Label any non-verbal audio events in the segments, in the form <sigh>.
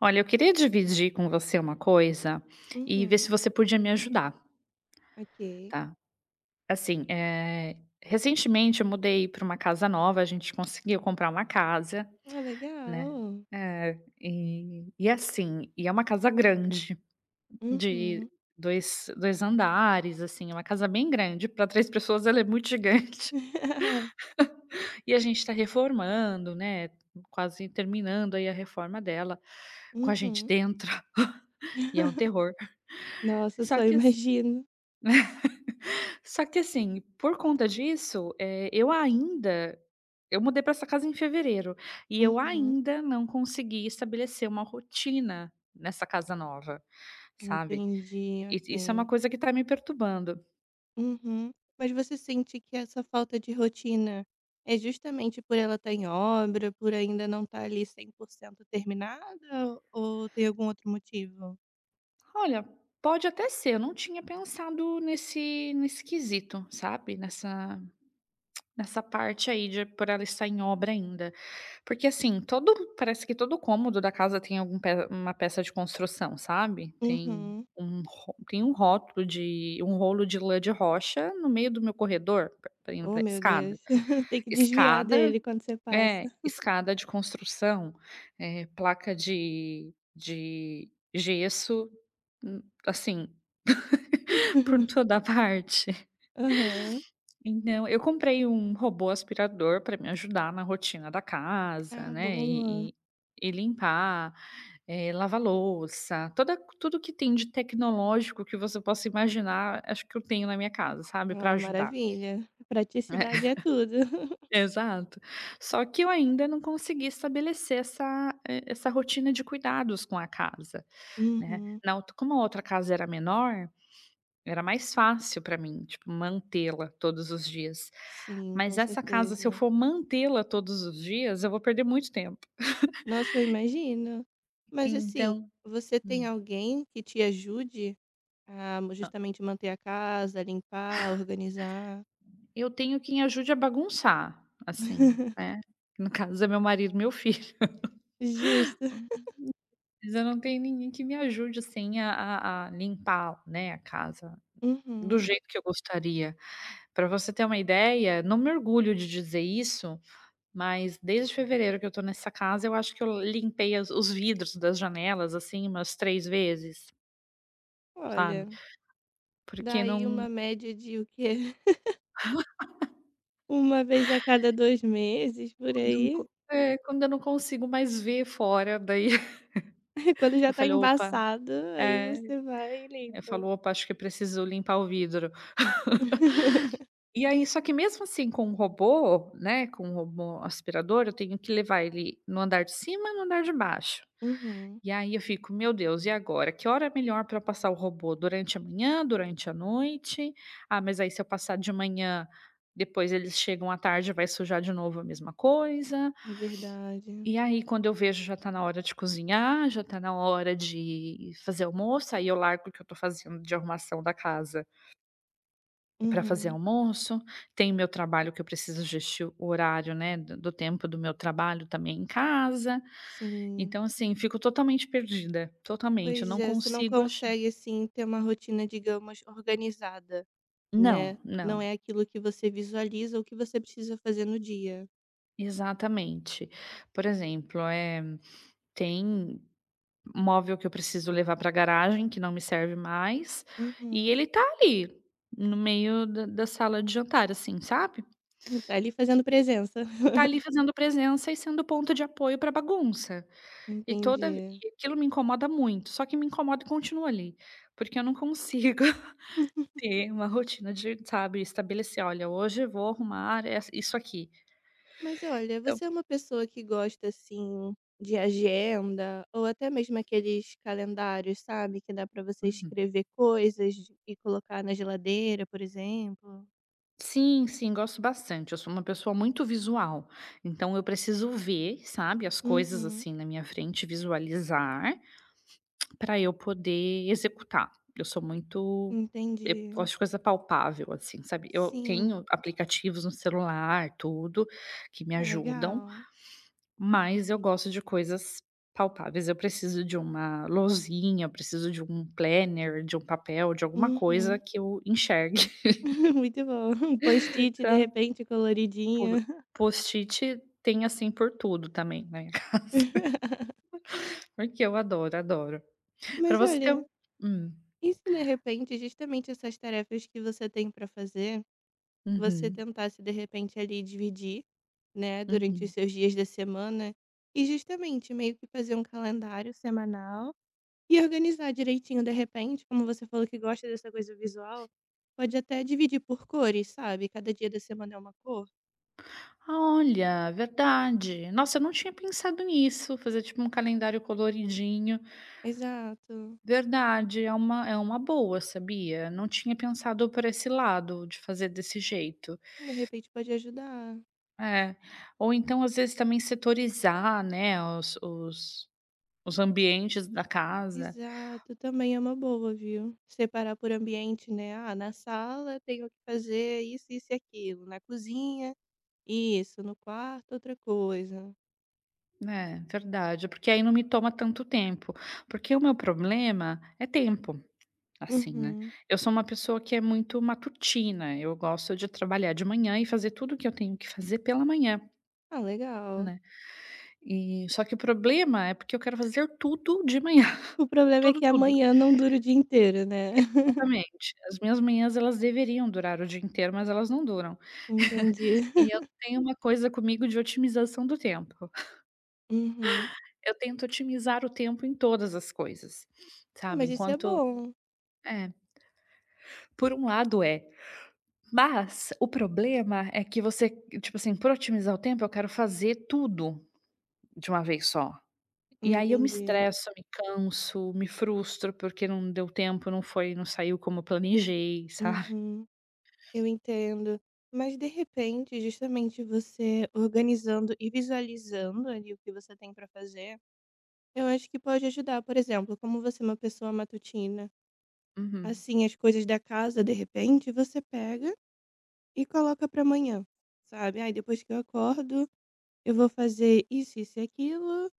Olha, eu queria dividir com você uma coisa e ver Uhum, se você podia me ajudar, ok. tá? Assim, recentemente eu mudei para uma casa nova, a gente conseguiu comprar uma casa, Ué, né? legal. É, e assim, e é uma casa grande, de Uhum. dois andares, assim, é uma casa bem grande. Para três pessoas ela é muito gigante. <laughs> <laughs> E a gente está reformando, né? Quase terminando aí a reforma dela, com a gente Uhum. dentro, <laughs> e é um <laughs> terror. Nossa, eu Só só que assim. imagino. Por conta disso, eu mudei para essa casa em fevereiro, e eu Uhum. ainda não consegui estabelecer uma rotina nessa casa nova, sabe. Entendi, E isso é uma ok. coisa que está me perturbando. Uhum. Mas você sente que essa falta de rotina é justamente por ela estar em obra, por ainda não estar ali 100% terminada ou tem algum outro motivo? Olha, pode até ser, eu não tinha pensado nesse quesito, sabe, nessa parte aí de por ela estar em obra ainda. Porque assim, todo parece que todo cômodo da casa tem algum pe uma peça de construção, sabe. Tem Uhum. um ro tem um rótulo de um rolo de lã de rocha no meio do meu corredor pra indo Oh, para meu escada. Deus. <laughs> Tem que desviar Escada dele quando você passa. é, escada de construção, placa de gesso, assim, <laughs> por <laughs> toda parte. Aham. Então, eu comprei um robô aspirador para me ajudar na rotina da casa, Ah, né, boa. e limpar, lavar louça, toda tudo que tem de tecnológico que você possa imaginar, acho que eu tenho na minha casa, sabe, para Ah, ajudar. maravilha. Praticidade <laughs> é tudo. <laughs> Exato. Só que eu ainda não consegui estabelecer essa rotina de cuidados com a casa, né. Uhum. Na outra como a outra casa era menor, era mais fácil para mim, tipo, mantê-la todos os dias. Sim, Mas com essa casa, se eu certeza. for mantê-la todos os dias, eu vou perder muito tempo. Nossa, eu imagino. Mas assim, Então, você tem hum, alguém que te ajude justamente manter a casa, limpar, organizar? eu tenho quem ajude a bagunçar, assim, <laughs> né. No caso é meu marido, meu filho. <laughs> Justo. Mas eu não tenho ninguém que me ajude, assim, a limpar, né, a casa do Uhum. jeito que eu gostaria. Para você ter uma ideia, não me orgulho de dizer isso, mas desde fevereiro que eu tô nessa casa, eu acho que eu limpei as os vidros das janelas, assim, umas 3 vezes, sabe. Olha, Porque daí não uma média de o quê? <laughs> Uma vez a cada 2 meses, por quando eu não aí. co É, quando eu não consigo mais ver fora, daí <laughs> <laughs> Quando já eu tá falei: "Opa" embaçado, aí é, você vai e eu limpa. falo: "Opa, acho que eu preciso limpar o vidro". <laughs> E aí só que mesmo assim com o robô, né, com o robô aspirador, eu tenho que levar ele no andar de cima e no andar de baixo. Uhum. E aí eu fico: "Meu Deus, e agora? Que hora é melhor para passar o robô? Durante a manhã, durante a noite? Ah, mas aí se eu passar de manhã, depois eles chegam à tarde, vai sujar de novo a mesma coisa". É verdade. E aí quando eu vejo já tá na hora de cozinhar, já tá na hora de fazer almoço, aí eu largo o que eu tô fazendo de arrumação da casa para fazer Uhum, almoço. Tem o meu trabalho que eu preciso gestir o horário, né, do tempo do meu trabalho também em casa. sim. Então assim, fico totalmente perdida, totalmente, eu Pois não é, você não consigo ach consegue, assim, ter uma rotina, digamos, organizada, né. não, não, Não é aquilo que você visualiza ou que você precisa fazer no dia. exatamente. Por exemplo, tem móvel que eu preciso levar para a garagem, que não me serve mais, e Uhum. ele tá ali, no meio da sala de jantar, assim, sabe. <laughs> Tá ali fazendo presença. <laughs> Tá ali fazendo presença e sendo ponto de apoio para bagunça. E toda ve Entendi. e aquilo me incomoda muito, só que me incomoda e continua ali, porque eu não consigo <laughs> ter uma rotina de, sabe, estabelecer: "Olha, hoje eu vou arrumar ess isso aqui". Mas olha, Então você é uma pessoa que gosta, assim, de agenda ou até mesmo aqueles calendários, sabe, que dá pra você uhum. escrever coisas e colocar na geladeira, por exemplo? Sim, sim, gosto bastante. Eu sou uma pessoa muito visual, então eu preciso ver, sabe, as coisas Uhum, assim na minha frente, visualizar, para eu poder executar. Eu sou muito eu entendi. gosto de coisa palpável, assim, sabe? Eu Sim. tenho aplicativos no celular, tudo, que me Ah, ajudam, legal. mas eu gosto de coisas palpáveis. Eu preciso de uma lousinha, eu preciso de um planner, de um papel, de alguma coisa Uhum. que eu enxergue, <laughs> Muito bom. Um <laughs> post-it, de sabe? repente, Po coloridinho. Post-it tem, assim, por tudo também na minha <laughs> casa, <laughs> porque eu adoro, adoro. Pra Mas você ter olha, um hum. e se de repente, justamente essas tarefas que você tem pra fazer, você Uhum, tentasse, de repente, ali dividir, né, durante os uhum. seus dias da semana e justamente meio que fazer um calendário semanal e organizar direitinho, de repente, como você falou que gosta dessa coisa visual, pode até dividir por cores, sabe? Cada dia da semana é uma cor. Olha, verdade. Nossa, eu não tinha pensado nisso, fazer tipo um calendário coloridinho. Exato. Verdade, é uma boa, sabia? Não tinha pensado por esse lado, de fazer desse jeito. De repente pode ajudar. É. Ou então, às vezes, também setorizar, né, os os ambientes da casa. Exato, também é uma boa, viu? Separar por ambiente, né? Ah, na sala tenho que fazer isso, isso e aquilo. Na cozinha, isso. No quarto, outra coisa. É, verdade, porque aí não me toma tanto tempo, porque o meu problema é tempo, assim, né. Uhum. Eu sou uma pessoa que é muito matutina, eu gosto de trabalhar de manhã e fazer tudo que eu tenho que fazer pela manhã, Ah, legal. né. E só que o problema é porque eu quero fazer tudo de manhã, O <laughs> problema é tudo, que tudo, amanhã não dura o dia inteiro, né? <laughs> exatamente. As minhas manhãs elas deveriam durar o dia inteiro, mas elas não duram. Entendi. E eu tenho uma coisa comigo de otimização do tempo. <laughs> Uhum. Eu tento otimizar o tempo em todas as coisas, Ah, sabe, mas isso é enquanto bom. é. Por um lado é, mas o problema é que você, tipo assim, por otimizar o tempo, eu quero fazer tudo de uma vez só. E aí eu me Entendi. estresso, me canso, me frustro porque não deu tempo, não saiu como eu planejei, sabe. Uhum. Eu entendo. Mas de repente, justamente você organizando e visualizando ali o que você tem para fazer. Eu acho que pode ajudar, por exemplo, como você é uma pessoa matutina, Uhum, assim, as coisas da casa, de repente, você pega e coloca para amanhã, sabe? Aí depois que eu acordo, eu vou fazer isso, isso e aquilo,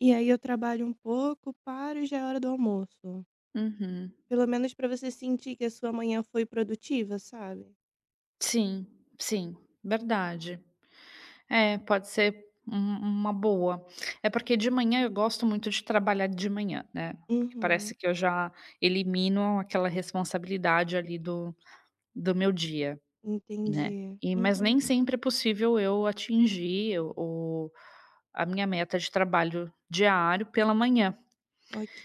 e aí eu trabalho um pouco, paro e já é hora do almoço. uhum. Pelo menos para você sentir que a sua manhã foi produtiva, sabe? Sim, sim, verdade. É, pode ser um uma boa. É porque de manhã eu gosto muito de trabalhar de manhã, né, porque parece Uhum, que eu já elimino aquela responsabilidade ali do meu dia. Né. entendi. E mas Uhum, nem sempre é possível eu atingir o- a minha meta de trabalho diário pela manhã. ok.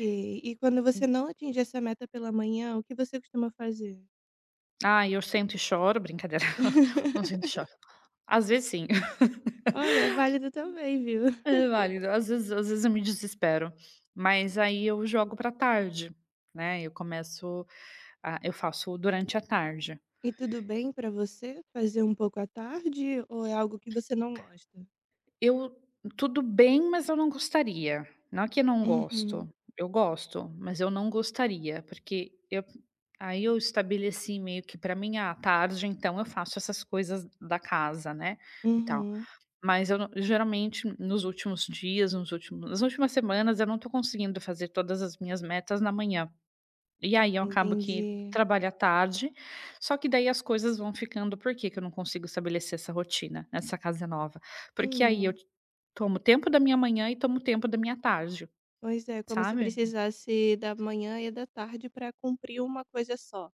E quando você não atinge essa meta pela manhã, o que você costuma fazer? Ah, eu sento e choro, brincadeira, <laughs> não sento e <laughs> choro. Às vezes sim, <laughs> Olha, é válido também, viu? é válido, às vezes eu me desespero, mas aí eu jogo pra tarde, né, eu faço durante a tarde. E tudo bem pra você fazer um pouco à tarde ou é algo que você não gosta? Eu Tudo bem, mas eu não gostaria. Não é que eu não Uhum, gosto, eu gosto, mas eu não gostaria, porque eu aí eu estabeleci meio que para mim: "Ah, tá, tarde então eu faço essas coisas da casa, né, e tal". uhum, Mas eu não geralmente nos últimos dias, nos últimos nas últimas semanas eu não tô conseguindo fazer todas as minhas metas na manhã. E aí eu acabo que entendi. trabalho à tarde, só que daí as coisas vão ficando. Por que que eu não consigo estabelecer essa rotina nessa casa nova? Porque aí eu Hum, tomo tempo da minha manhã e tomo tempo da minha tarde, pois é, como se sabe? precisasse da manhã e da tarde para cumprir uma coisa só,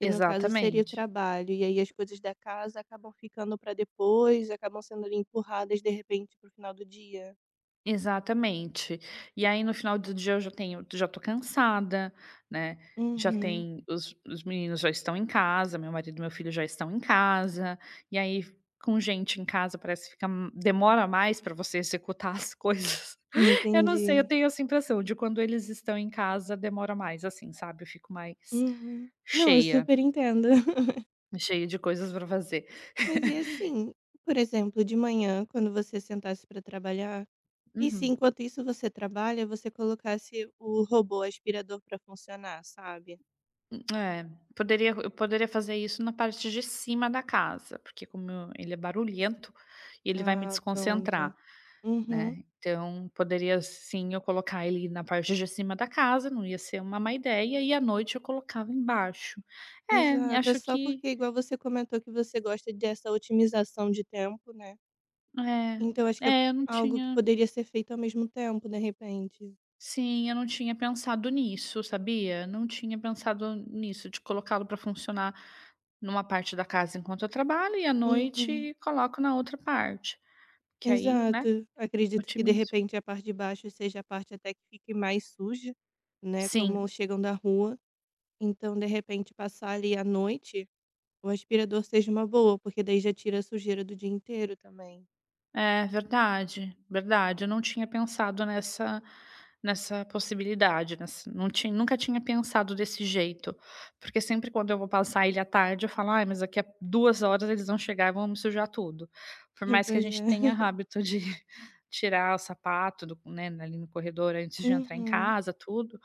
que no caso seria o Exatamente. trabalho, e aí as coisas da casa acabam ficando para depois, acabam sendo ali empurradas de repente para o final do dia. Exatamente. E aí no final do dia eu já tenho já tô cansada, né, já Uhum, tem os meninos já estão em casa, meu marido e meu filho já estão em casa, e aí com gente em casa parece que fica demora mais para você executar as coisas. <laughs> Eu não sei, eu entendi. tenho essa impressão de quando eles estão em casa demora mais, assim, sabe, eu fico mais Uhum. Não, eu cheia, super entendo. <laughs> cheia de coisas para fazer. Mas e assim, por exemplo, de manhã, quando você sentasse para trabalhar. E se Uhum. enquanto isso você trabalha, você colocasse o robô aspirador para funcionar, sabe? É, poderia eu poderia fazer isso na parte de cima da casa, porque ele é barulhento, ele vai me Ah, pronto. desconcentrar, Uhum, né, então poderia sim eu colocar ele na parte de cima da casa, não ia ser uma má ideia, e à noite eu colocava embaixo. É, exato. É acho só que porque igual você comentou que você gosta dessa otimização de tempo, né. é. Então acho que é É, eu não algo que tinha poderia ser feito ao mesmo tempo, de repente. Sim, eu não tinha pensado nisso, sabia? Não tinha pensado nisso, de colocá-lo para funcionar numa parte da casa enquanto eu trabalho e à Uhum, noite coloco na outra parte. Que aí, né, exato. Acredito que de otimiza. repente a parte de baixo seja a parte até que fique mais suja, né, como Sim, chegam da rua, então de repente passar ali à noite. O aspirador seja uma boa, porque daí já tira a sujeira do dia inteiro também. é verdade, verdade. Eu não tinha pensado nessa possibilidade, nessa não tinha, nunca tinha pensado desse jeito, porque sempre quando eu vou passar ele à tarde eu falo: "Ai, mas daqui a 2 horas eles vão chegar e vão me sujar tudo". Por <laughs> mais que a Pois gente tenha é. hábito de <laughs> tirar o sapato do né, ali no corredor antes de entrar em Uhum. casa, tudo,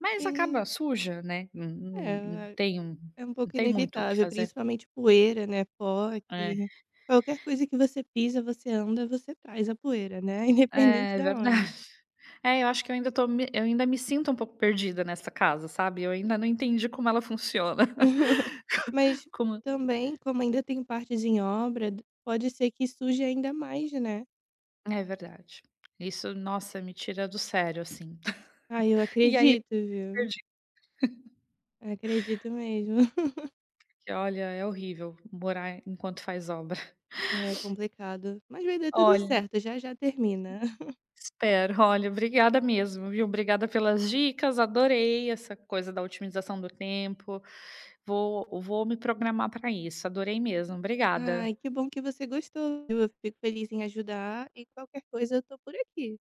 mas acaba E suja, né, não é, tem um- é um não pouco tem muito o que inevitável, fazer. principalmente poeira, né, pó, É, que qualquer coisa que você pisa, você anda, você traz a poeira, né, <laughs> independente é da verda onde. É, eu acho que eu ainda me sinto um pouco perdida nessa casa, sabe, eu ainda não entendi como ela funciona, <laughs> <laughs> Mas como também, como ainda tem partes em obra, pode ser que suje ainda mais, né? é verdade. Isso, nossa, me tira do sério, assim. Ah, eu <laughs> E aí eu acredito, viu? perdi, Acredito mesmo. <laughs> porque olha, é horrível morar enquanto faz obra. <laughs> É complicado. Mas vai dar tudo Olha, certo, já já termina. espero, olha, obrigada mesmo, viu, obrigada pelas dicas, adorei essa coisa da otimização do tempo, vou me programar para isso, adorei mesmo, Ai, obrigada. que bom que você gostou, viu? Eu fico feliz em ajudar e qualquer coisa eu tô por aqui.